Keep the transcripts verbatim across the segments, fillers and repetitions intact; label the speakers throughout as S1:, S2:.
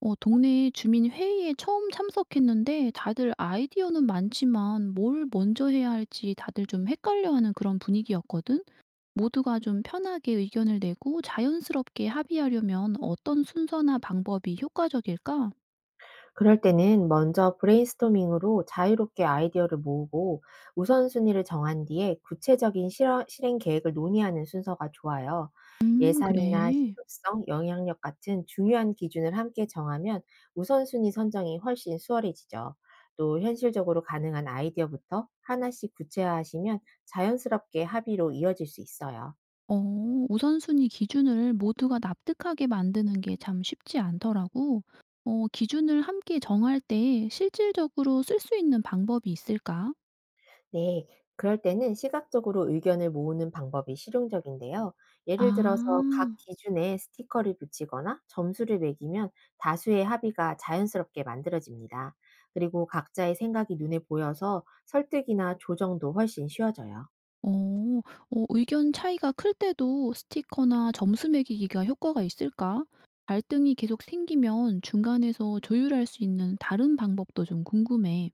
S1: 어, 동네 주민 회의에 처음 참석했는데 다들 아이디어는 많지만 뭘 먼저 해야 할지 다들 좀 헷갈려하는 그런 분위기였거든. 모두가 좀 편하게 의견을 내고 자연스럽게 합의하려면 어떤 순서나 방법이 효과적일까?
S2: 그럴 때는 먼저 브레인스토밍으로 자유롭게 아이디어를 모으고 우선순위를 정한 뒤에 구체적인 실어, 실행 계획을 논의하는 순서가 좋아요.
S1: 음,
S2: 예산이나
S1: 그래.
S2: 시급성, 영향력 같은 중요한 기준을 함께 정하면 우선순위 선정이 훨씬 수월해지죠. 또 현실적으로 가능한 아이디어부터 하나씩 구체화하시면 자연스럽게 합의로 이어질 수 있어요.
S1: 어, 우선순위 기준을 모두가 납득하게 만드는 게 참 쉽지 않더라고. 어, 기준을 함께 정할 때 실질적으로 쓸 수 있는 방법이 있을까?
S2: 네, 그럴 때는 시각적으로 의견을 모으는 방법이 실용적인데요. 예를
S1: 아.
S2: 들어서 각 기준에 스티커를 붙이거나 점수를 매기면 다수의 합의가 자연스럽게 만들어집니다. 그리고 각자의 생각이 눈에 보여서 설득이나 조정도 훨씬 쉬워져요.
S1: 어. 어 의견 차이가 클 때도 스티커나 점수 매기기가 효과가 있을까? 갈등이 계속 생기면 중간에서 조율할 수 있는 다른 방법도 좀 궁금해.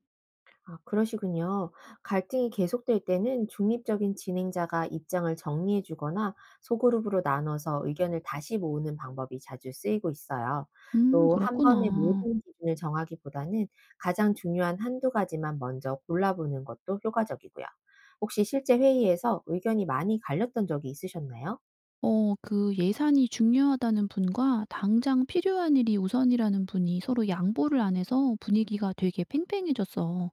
S2: 아, 그러시군요. 갈등이 계속될 때는 중립적인 진행자가 입장을 정리해주거나 소그룹으로 나눠서 의견을 다시 모으는 방법이 자주 쓰이고 있어요.
S1: 음,
S2: 또 한 번에
S1: 그렇구나.
S2: 모든 기준을 정하기보다는 가장 중요한 한두 가지만 먼저 골라보는 것도 효과적이고요. 혹시 실제 회의에서 의견이 많이 갈렸던 적이 있으셨나요?
S1: 어 그 예산이 중요하다는 분과 당장 필요한 일이 우선이라는 분이 서로 양보를 안 해서 분위기가 되게 팽팽해졌어.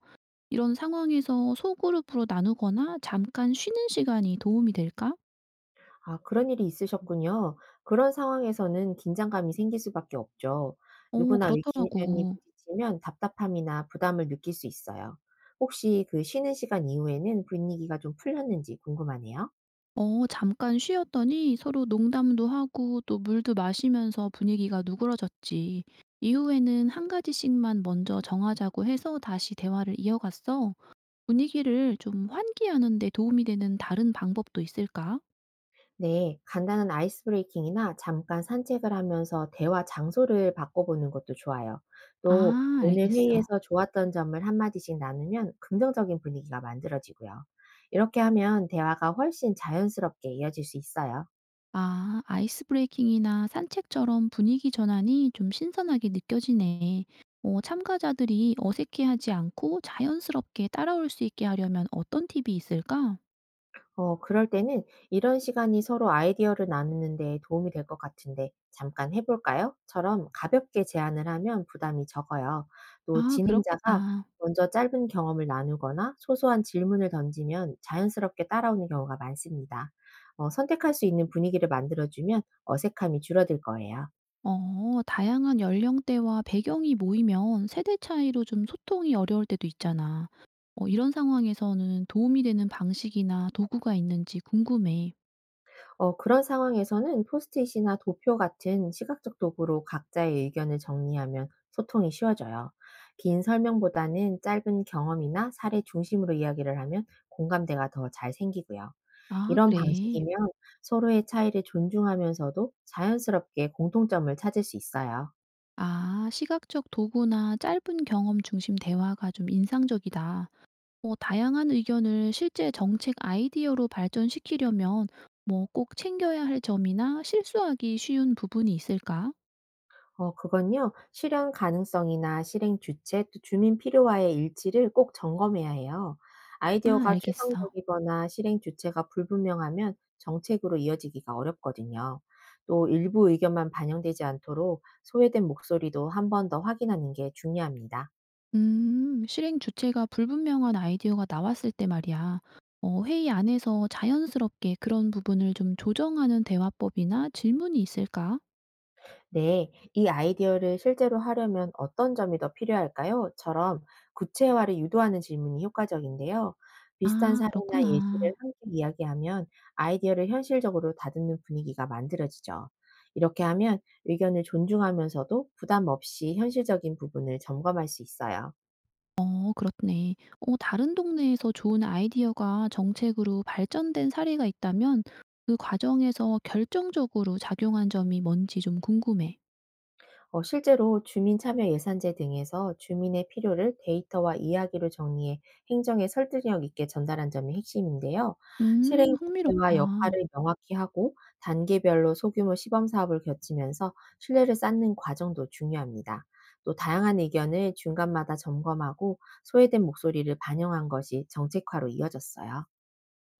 S1: 이런 상황에서 소그룹으로 나누거나 잠깐 쉬는 시간이 도움이 될까?
S2: 아 그런 일이 있으셨군요. 그런 상황에서는 긴장감이 생길 수밖에 없죠.
S1: 어,
S2: 누구나 의견이
S1: 그렇더라고.
S2: 부딪히면 답답함이나 부담을 느낄 수 있어요. 혹시 그 쉬는 시간 이후에는 분위기가 좀 풀렸는지 궁금하네요.
S1: 어 잠깐 쉬었더니 서로 농담도 하고 또 물도 마시면서 분위기가 누그러졌지. 이후에는 한 가지씩만 먼저 정하자고 해서 다시 대화를 이어갔어. 분위기를 좀 환기하는 데 도움이 되는 다른 방법도 있을까?
S2: 네, 간단한 아이스 브레이킹이나 잠깐 산책을 하면서 대화 장소를 바꿔보는 것도 좋아요. 또
S1: 아,
S2: 오늘
S1: 알겠어.
S2: 회의에서 좋았던 점을 한마디씩 나누면 긍정적인 분위기가 만들어지고요. 이렇게 하면 대화가 훨씬 자연스럽게 이어질 수 있어요.
S1: 아, 아이스 브레이킹이나 산책처럼 분위기 전환이 좀 신선하게 느껴지네. 어, 참가자들이 어색해하지 않고 자연스럽게 따라올 수 있게 하려면 어떤 팁이 있을까?
S2: 어, 그럴 때는 이런 시간이 서로 아이디어를 나누는 데 도움이 될 것 같은데 잠깐 해볼까요? 처럼 가볍게 제안을 하면 부담이 적어요. 또
S1: 아,
S2: 진행자가
S1: 그렇겠다.
S2: 먼저 짧은 경험을 나누거나 소소한 질문을 던지면 자연스럽게 따라오는 경우가 많습니다. 어, 선택할 수 있는 분위기를 만들어주면 어색함이 줄어들 거예요.
S1: 어, 다양한 연령대와 배경이 모이면 세대 차이로 좀 소통이 어려울 때도 있잖아. 어, 이런 상황에서는 도움이 되는 방식이나 도구가 있는지 궁금해.
S2: 어 그런 상황에서는 포스트잇이나 도표 같은 시각적 도구로 각자의 의견을 정리하면 소통이 쉬워져요. 긴 설명보다는 짧은 경험이나 사례 중심으로 이야기를 하면 공감대가 더 잘 생기고요.
S1: 아,
S2: 이런
S1: 그래.
S2: 방식이면 서로의 차이를 존중하면서도 자연스럽게 공통점을 찾을 수 있어요.
S1: 아, 시각적 도구나 짧은 경험 중심 대화가 좀 인상적이다. 뭐 다양한 의견을 실제 정책 아이디어로 발전시키려면 뭐 꼭 챙겨야 할 점이나 실수하기 쉬운 부분이 있을까?
S2: 어 그건요. 실현 가능성이나 실행 주체 또 주민 필요와의 일치를 꼭 점검해야 해요.
S1: 아,
S2: 아이디어가
S1: 알겠어.
S2: 추상적이거나 실행 주체가 불분명하면 정책으로 이어지기가 어렵거든요. 또 일부 의견만 반영되지 않도록 소외된 목소리도 한 번 더 확인하는 게 중요합니다.
S1: 음, 실행 주체가 불분명한 아이디어가 나왔을 때 말이야. 어, 회의 안에서 자연스럽게 그런 부분을 좀 조정하는 대화법이나 질문이 있을까?
S2: 네, "이 아이디어를 실제로 하려면 어떤 점이 더 필요할까요? 처럼 구체화를 유도하는 질문이 효과적인데요. 비슷한
S1: 아,
S2: 사례나 예시를
S1: 그렇구나.
S2: 함께 이야기하면 아이디어를 현실적으로 다듬는 분위기가 만들어지죠. 이렇게 하면 의견을 존중하면서도 부담 없이 현실적인 부분을 점검할 수 있어요.
S1: 어, 그렇네. 어, 다른 동네에서 좋은 아이디어가 정책으로 발전된 사례가 있다면 그 과정에서 결정적으로 작용한 점이 뭔지 좀 궁금해.
S2: 어, 실제로 주민참여예산제 등에서 주민의 필요를 데이터와 이야기로 정리해 행정에 설득력 있게 전달한 점이 핵심인데요.
S1: 음,
S2: 실행
S1: 흥미롭다.
S2: 주체와 역할을 명확히 하고 단계별로 소규모 시범 사업을 겹치면서 신뢰를 쌓는 과정도 중요합니다. 또 다양한 의견을 중간마다 점검하고 소외된 목소리를 반영한 것이 정책화로 이어졌어요.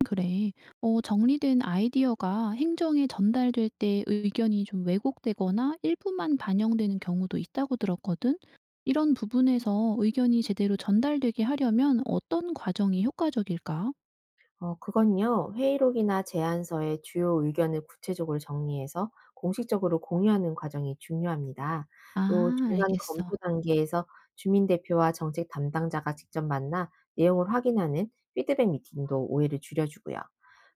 S1: 그래. 어 정리된 아이디어가 행정에 전달될 때 의견이 좀 왜곡되거나 일부만 반영되는 경우도 있다고 들었거든. 이런 부분에서 의견이 제대로 전달되게 하려면 어떤 과정이 효과적일까?
S2: 어 그건요. 회의록이나 제안서의 주요 의견을 구체적으로 정리해서 공식적으로 공유하는 과정이 중요합니다. 또
S1: 아,
S2: 중간 검토
S1: 알겠어.
S2: 단계에서 주민 대표와 정책 담당자가 직접 만나 내용을 확인하는 피드백 미팅도 오해를 줄여주고요.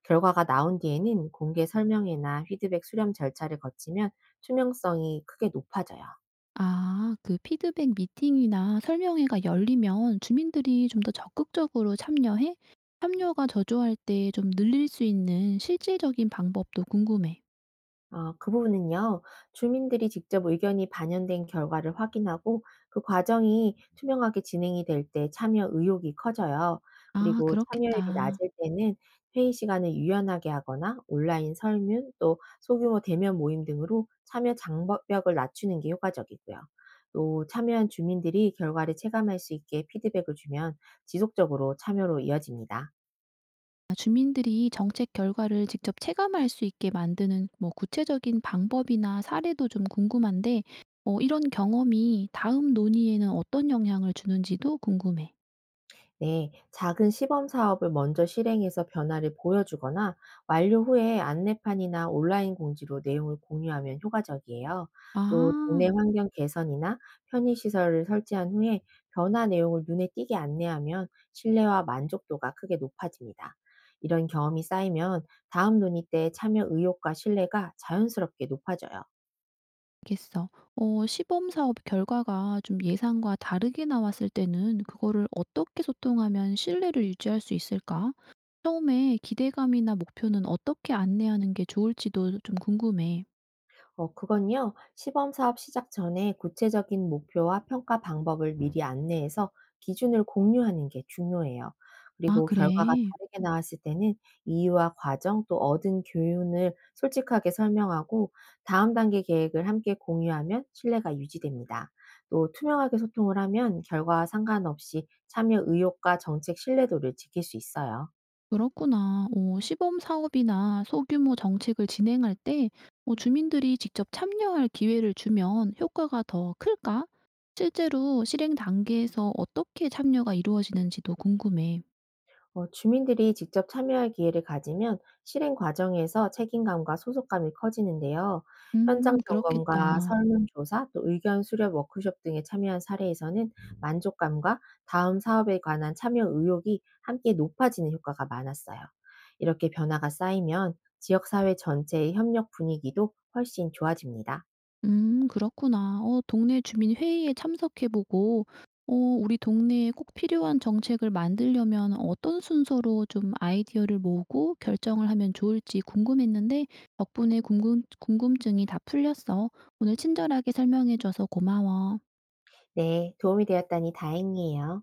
S2: 결과가 나온 뒤에는 공개 설명회나 피드백 수렴 절차를 거치면 투명성이 크게 높아져요.
S1: 아, 그 피드백 미팅이나 설명회가 열리면 주민들이 좀 더 적극적으로 참여해? 참여가 저조할 때 좀 늘릴 수 있는 실질적인 방법도 궁금해.
S2: 어, 그 부분은요, 주민들이 직접 의견이 반영된 결과를 확인하고 그 과정이 투명하게 진행이 될 때 참여 의욕이 커져요.
S1: 아,
S2: 그리고 참여율이
S1: 그렇겠다.
S2: 낮을 때는 회의 시간을 유연하게 하거나 온라인 설문 또 소규모 대면 모임 등으로 참여 장벽을 낮추는 게 효과적이고요. 또 참여한 주민들이 결과를 체감할 수 있게 피드백을 주면 지속적으로 참여로 이어집니다.
S1: 주민들이 정책 결과를 직접 체감할 수 있게 만드는 뭐 구체적인 방법이나 사례도 좀 궁금한데, 어, 이런 경험이 다음 논의에는 어떤 영향을 주는지도 궁금해.
S2: 네, 작은 시범 사업을 먼저 실행해서 변화를 보여주거나 완료 후에 안내판이나 온라인 공지로 내용을 공유하면 효과적이에요. 또 동네
S1: 아,
S2: 환경 개선이나 편의시설을 설치한 후에 변화 내용을 눈에 띄게 안내하면 신뢰와 만족도가 크게 높아집니다. 이런 경험이 쌓이면 다음 논의 때 참여 의욕과 신뢰가 자연스럽게 높아져요.
S1: 알겠어. 어, 시범 사업 결과가 좀 예상과 다르게 나왔을 때는 그거를 어떻게 소통하면 신뢰를 유지할 수 있을까? 처음에 기대감이나 목표는 어떻게 안내하는 게 좋을지도 좀 궁금해.
S2: 어, 그건요, 시범 사업 시작 전에 구체적인 목표와 평가 방법을 미리 안내해서 기준을 공유하는 게 중요해요.
S1: 아,
S2: 그리고 결과가
S1: 그래.
S2: 다르게 나왔을 때는 이유와 과정 또 얻은 교훈을 솔직하게 설명하고 다음 단계 계획을 함께 공유하면 신뢰가 유지됩니다. 또 투명하게 소통을 하면 결과와 상관없이 참여 의욕과 정책 신뢰도를 지킬 수 있어요.
S1: 그렇구나. 어 시범 사업이나 소규모 정책을 진행할 때 어 주민들이 직접 참여할 기회를 주면 효과가 더 클까? 실제로 실행 단계에서 어떻게 참여가 이루어지는지도 궁금해.
S2: 어, 주민들이 직접 참여할 기회를 가지면 실행 과정에서 책임감과 소속감이 커지는데요. 현장
S1: 음,
S2: 음. 점검과
S1: 그렇겠다.
S2: 설문조사, 또 의견 수렴 워크숍 등에 참여한 사례에서는 만족감과 다음 사업에 관한 참여 의욕이 함께 높아지는 효과가 많았어요. 이렇게 변화가 쌓이면 지역사회 전체의 협력 분위기도 훨씬 좋아집니다.
S1: 음, 그렇구나. 어 동네 주민 회의에 참석해 보고 어 우리 동네에 꼭 필요한 정책을 만들려면 어떤 순서로 좀 아이디어를 모으고 결정을 하면 좋을지 궁금했는데 덕분에 궁금 궁금증이 다 풀렸어. 오늘 친절하게 설명해 줘서 고마워.
S2: 네, 도움이 되었다니 다행이에요.